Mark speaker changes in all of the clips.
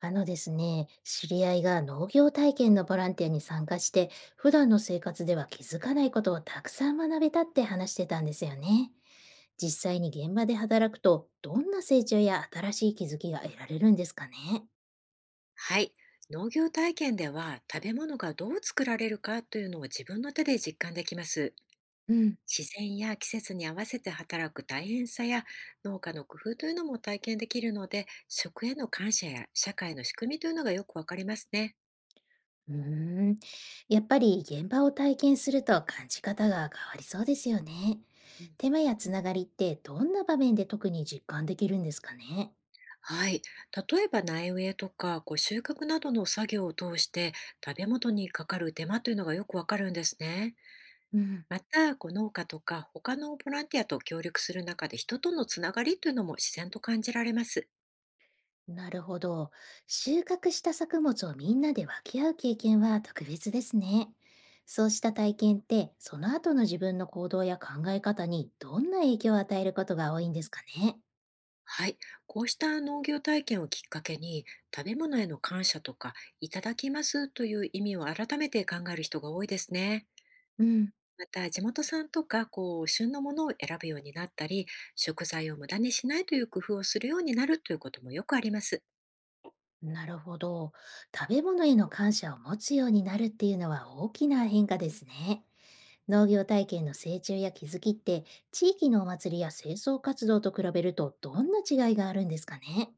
Speaker 1: あのですね、知り合いが農業体験のボランティアに参加して、普段の生活では気づかないことをたくさん学べたって話してたんですよね。実際に現場で働くと、どんな成長や新しい気づきが得られるんですかね。
Speaker 2: はい。農業体験では食べ物がどう作られるかというのを自分の手で実感できます。
Speaker 1: うん。
Speaker 2: 自然や季節に合わせて働く大変さや農家の工夫というのも体験できるので、食への感謝や社会の仕組みというのがよくわかりますね。
Speaker 1: うーん、やっぱり現場を体験すると感じ方が変わりそうですよね。
Speaker 2: うん。
Speaker 1: 手間やつながりってどんな場面で特に実感できるんですかね。
Speaker 2: はい。例えば苗植えとか収穫などの作業を通して食べ物にかかる手間というのがよくわかるんですね。
Speaker 1: うん。
Speaker 2: また、農家とか他のボランティアと協力する中で人とのつながりというのも自然と感じられます。
Speaker 1: なるほど。収穫した作物をみんなで分け合う経験は特別ですね。そうした体験って、その後の自分の行動や考え方にどんな影響を与えることが多いんですかね。
Speaker 2: はい。こうした農業体験をきっかけに、食べ物への感謝とか、いただきますという意味を改めて考える人が多いですね。
Speaker 1: うん。
Speaker 2: また、地元産とか、旬のものを選ぶようになったり、食材を無駄にしないという工夫をするようになるということもよくあります。
Speaker 1: なるほど。食べ物への感謝を持つようになるっていうのは大きな変化ですね。農業体験の成長や気づきって、地域のお祭りや清掃活動と比べるとどんな違いがあるんですかね。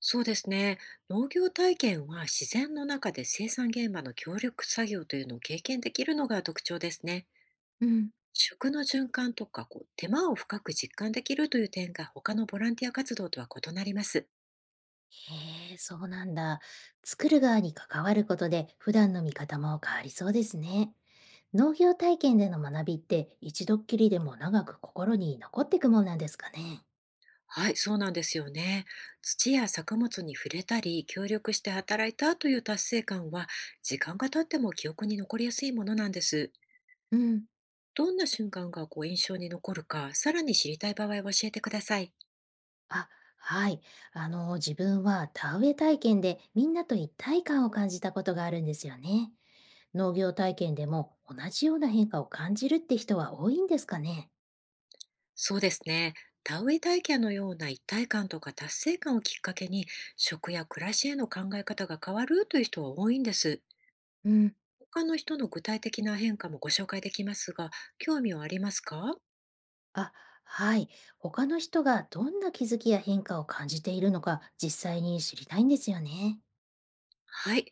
Speaker 2: そうですね。農業体験は自然の中で生産現場の協力作業というのを経験できるのが特徴ですね。
Speaker 1: うん。
Speaker 2: 食の循環とか手間を深く実感できるという点が他のボランティア活動とは異なります。
Speaker 1: へえ、そうなんだ。作る側に関わることで普段の見方も変わりそうですね。農業体験での学びって一度っきりでも長く心に残っていくもんなんですかね。
Speaker 2: はい、そうなんですよね。土や作物に触れたり協力して働いたという達成感は、時間が経っても記憶に残りやすいものなんです。
Speaker 1: うん。
Speaker 2: どんな瞬間が印象に残るか、さらに知りたい場合は教えてください。
Speaker 1: あ、はい。自分は田植え体験でみんなと一体感を感じたことがあるんですよね。農業体験でも同じような変化を感じるって人は多いんですかね。
Speaker 2: そうですね。田植え体験のような一体感とか達成感をきっかけに、食や暮らしへの考え方が変わるという人は多いんです。
Speaker 1: うん。
Speaker 2: 他の人の具体的な変化もご紹介できますが、興味はありますか？
Speaker 1: あ、はい。他の人がどんな気づきや変化を感じているのか実際に知りたいんですよね。
Speaker 2: はい。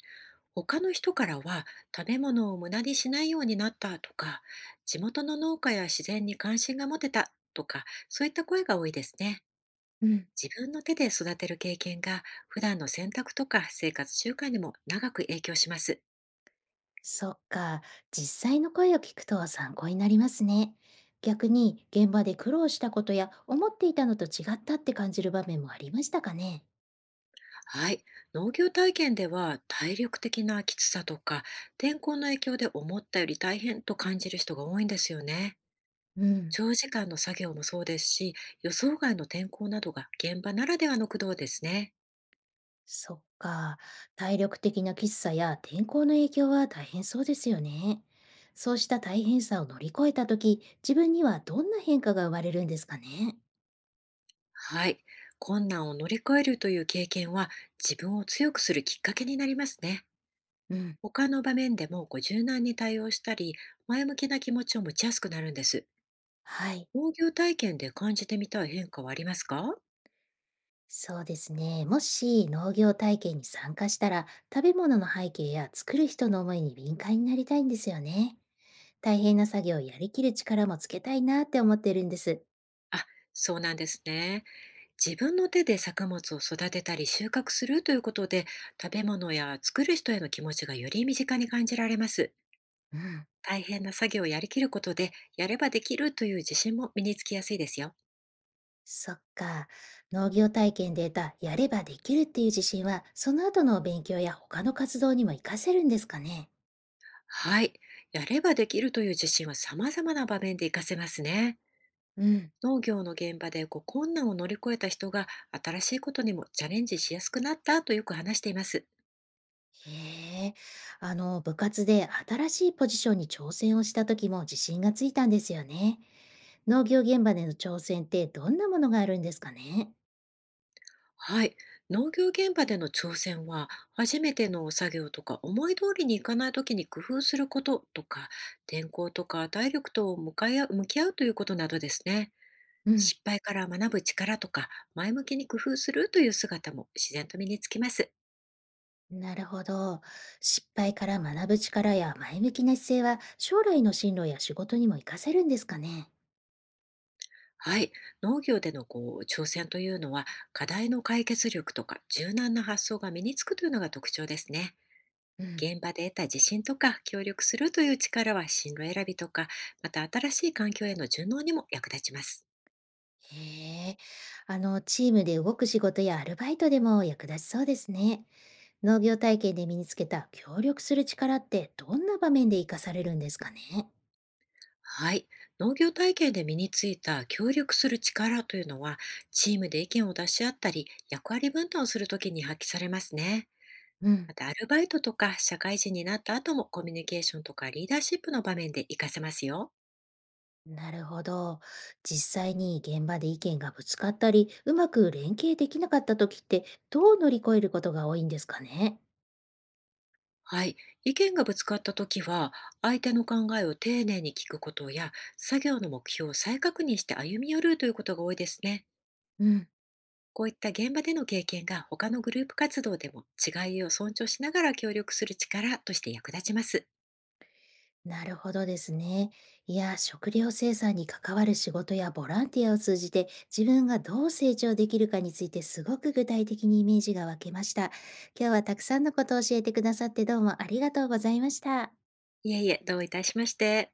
Speaker 2: 他の人からは、食べ物を無駄にしないようになったとか、地元の農家や自然に関心が持てたとか、そういった声が多いですね。
Speaker 1: うん。
Speaker 2: 自分の手で育てる経験が普段の選択とか生活習慣にも長く影響します。
Speaker 1: そっか。実際の声を聞くと参考になりますね。逆に現場で苦労したことや思っていたのと違ったって感じる場面もありましたかね。
Speaker 2: はい。農業体験では、体力的なきつさとか天候の影響で思ったより大変と感じる人が多いんですよね。
Speaker 1: うん。
Speaker 2: 長時間の作業もそうですし、予想外の天候などが現場ならではの苦労ですね。
Speaker 1: そっか。体力的な喫茶や天候の影響は大変そうですよね。そうした大変さを乗り越えたとき、自分にはどんな変化が生まれるんですかね。
Speaker 2: はい。困難を乗り越えるという経験は、自分を強くするきっかけになりますね。
Speaker 1: うん。
Speaker 2: 他の場面でも柔軟に対応したり、前向きな気持ちを持ちやすくなるんです。
Speaker 1: はい。
Speaker 2: 農業体験で感じてみたい変化はありますか？
Speaker 1: そうですね。もし農業体験に参加したら、食べ物の背景や作る人の思いに敏感になりたいんですよね。大変な作業をやりきる力もつけたいなって思ってるんです。
Speaker 2: あ、そうなんですね。自分の手で作物を育てたり収穫するということで、食べ物や作る人への気持ちがより身近に感じられます。
Speaker 1: うん。
Speaker 2: 大変な作業をやりきることで、やればできるという自信も身につきやすいですよ。
Speaker 1: そっか。農業体験で得たやればできるっていう自信は、その後の勉強や他の活動にも活かせるんですかね。
Speaker 2: はい。やればできるという自信は、様々な場面で活かせますね。
Speaker 1: うん。
Speaker 2: 農業の現場で困難を乗り越えた人が、新しいことにもチャレンジしやすくなったとよく話しています。
Speaker 1: へえ。部活で新しいポジションに挑戦をした時も自信がついたんですよね。農業現場での挑戦ってどんなものがあるんですかね。
Speaker 2: はい。農業現場での挑戦は、初めての作業とか、思い通りにいかないときに工夫することとか、天候とか体力と向き合うということなどですね。
Speaker 1: うん。
Speaker 2: 失敗から学ぶ力とか、前向きに工夫するという姿も自然と身につきます。
Speaker 1: なるほど。失敗から学ぶ力や前向きな姿勢は将来の進路や仕事にも活かせるんですかね。
Speaker 2: はい。農業での挑戦というのは、課題の解決力とか、柔軟な発想が身につくというのが特徴ですね。
Speaker 1: うん。
Speaker 2: 現場で得た自信とか協力するという力は、進路選びとか、また新しい環境への順応にも役立ちます。
Speaker 1: へえ。チームで動く仕事やアルバイトでも役立ちそうですね。農業体験で身につけた協力する力ってどんな場面で活かされるんですかね。
Speaker 2: はい。農業体験で身についた協力する力というのは、チームで意見を出し合ったり、役割分担をするときに発揮されますね。
Speaker 1: うん。
Speaker 2: また、アルバイトとか社会人になった後も、コミュニケーションとかリーダーシップの場面で活かせますよ。
Speaker 1: なるほど。実際に現場で意見がぶつかったり、うまく連携できなかった時って、どう乗り越えることが多いんですかね。
Speaker 2: はい。意見がぶつかったときは、相手の考えを丁寧に聞くことや、作業の目標を再確認して歩み寄るということが多いですね。
Speaker 1: うん。
Speaker 2: こういった現場での経験が、他のグループ活動でも違いを尊重しながら協力する力として役立ちます。
Speaker 1: なるほどですね。いや、食料生産に関わる仕事やボランティアを通じて、自分がどう成長できるかについて、すごく具体的にイメージが湧けました。今日はたくさんのことを教えてくださって、どうもありがとうございました。
Speaker 2: いえいえ、どういたしまして。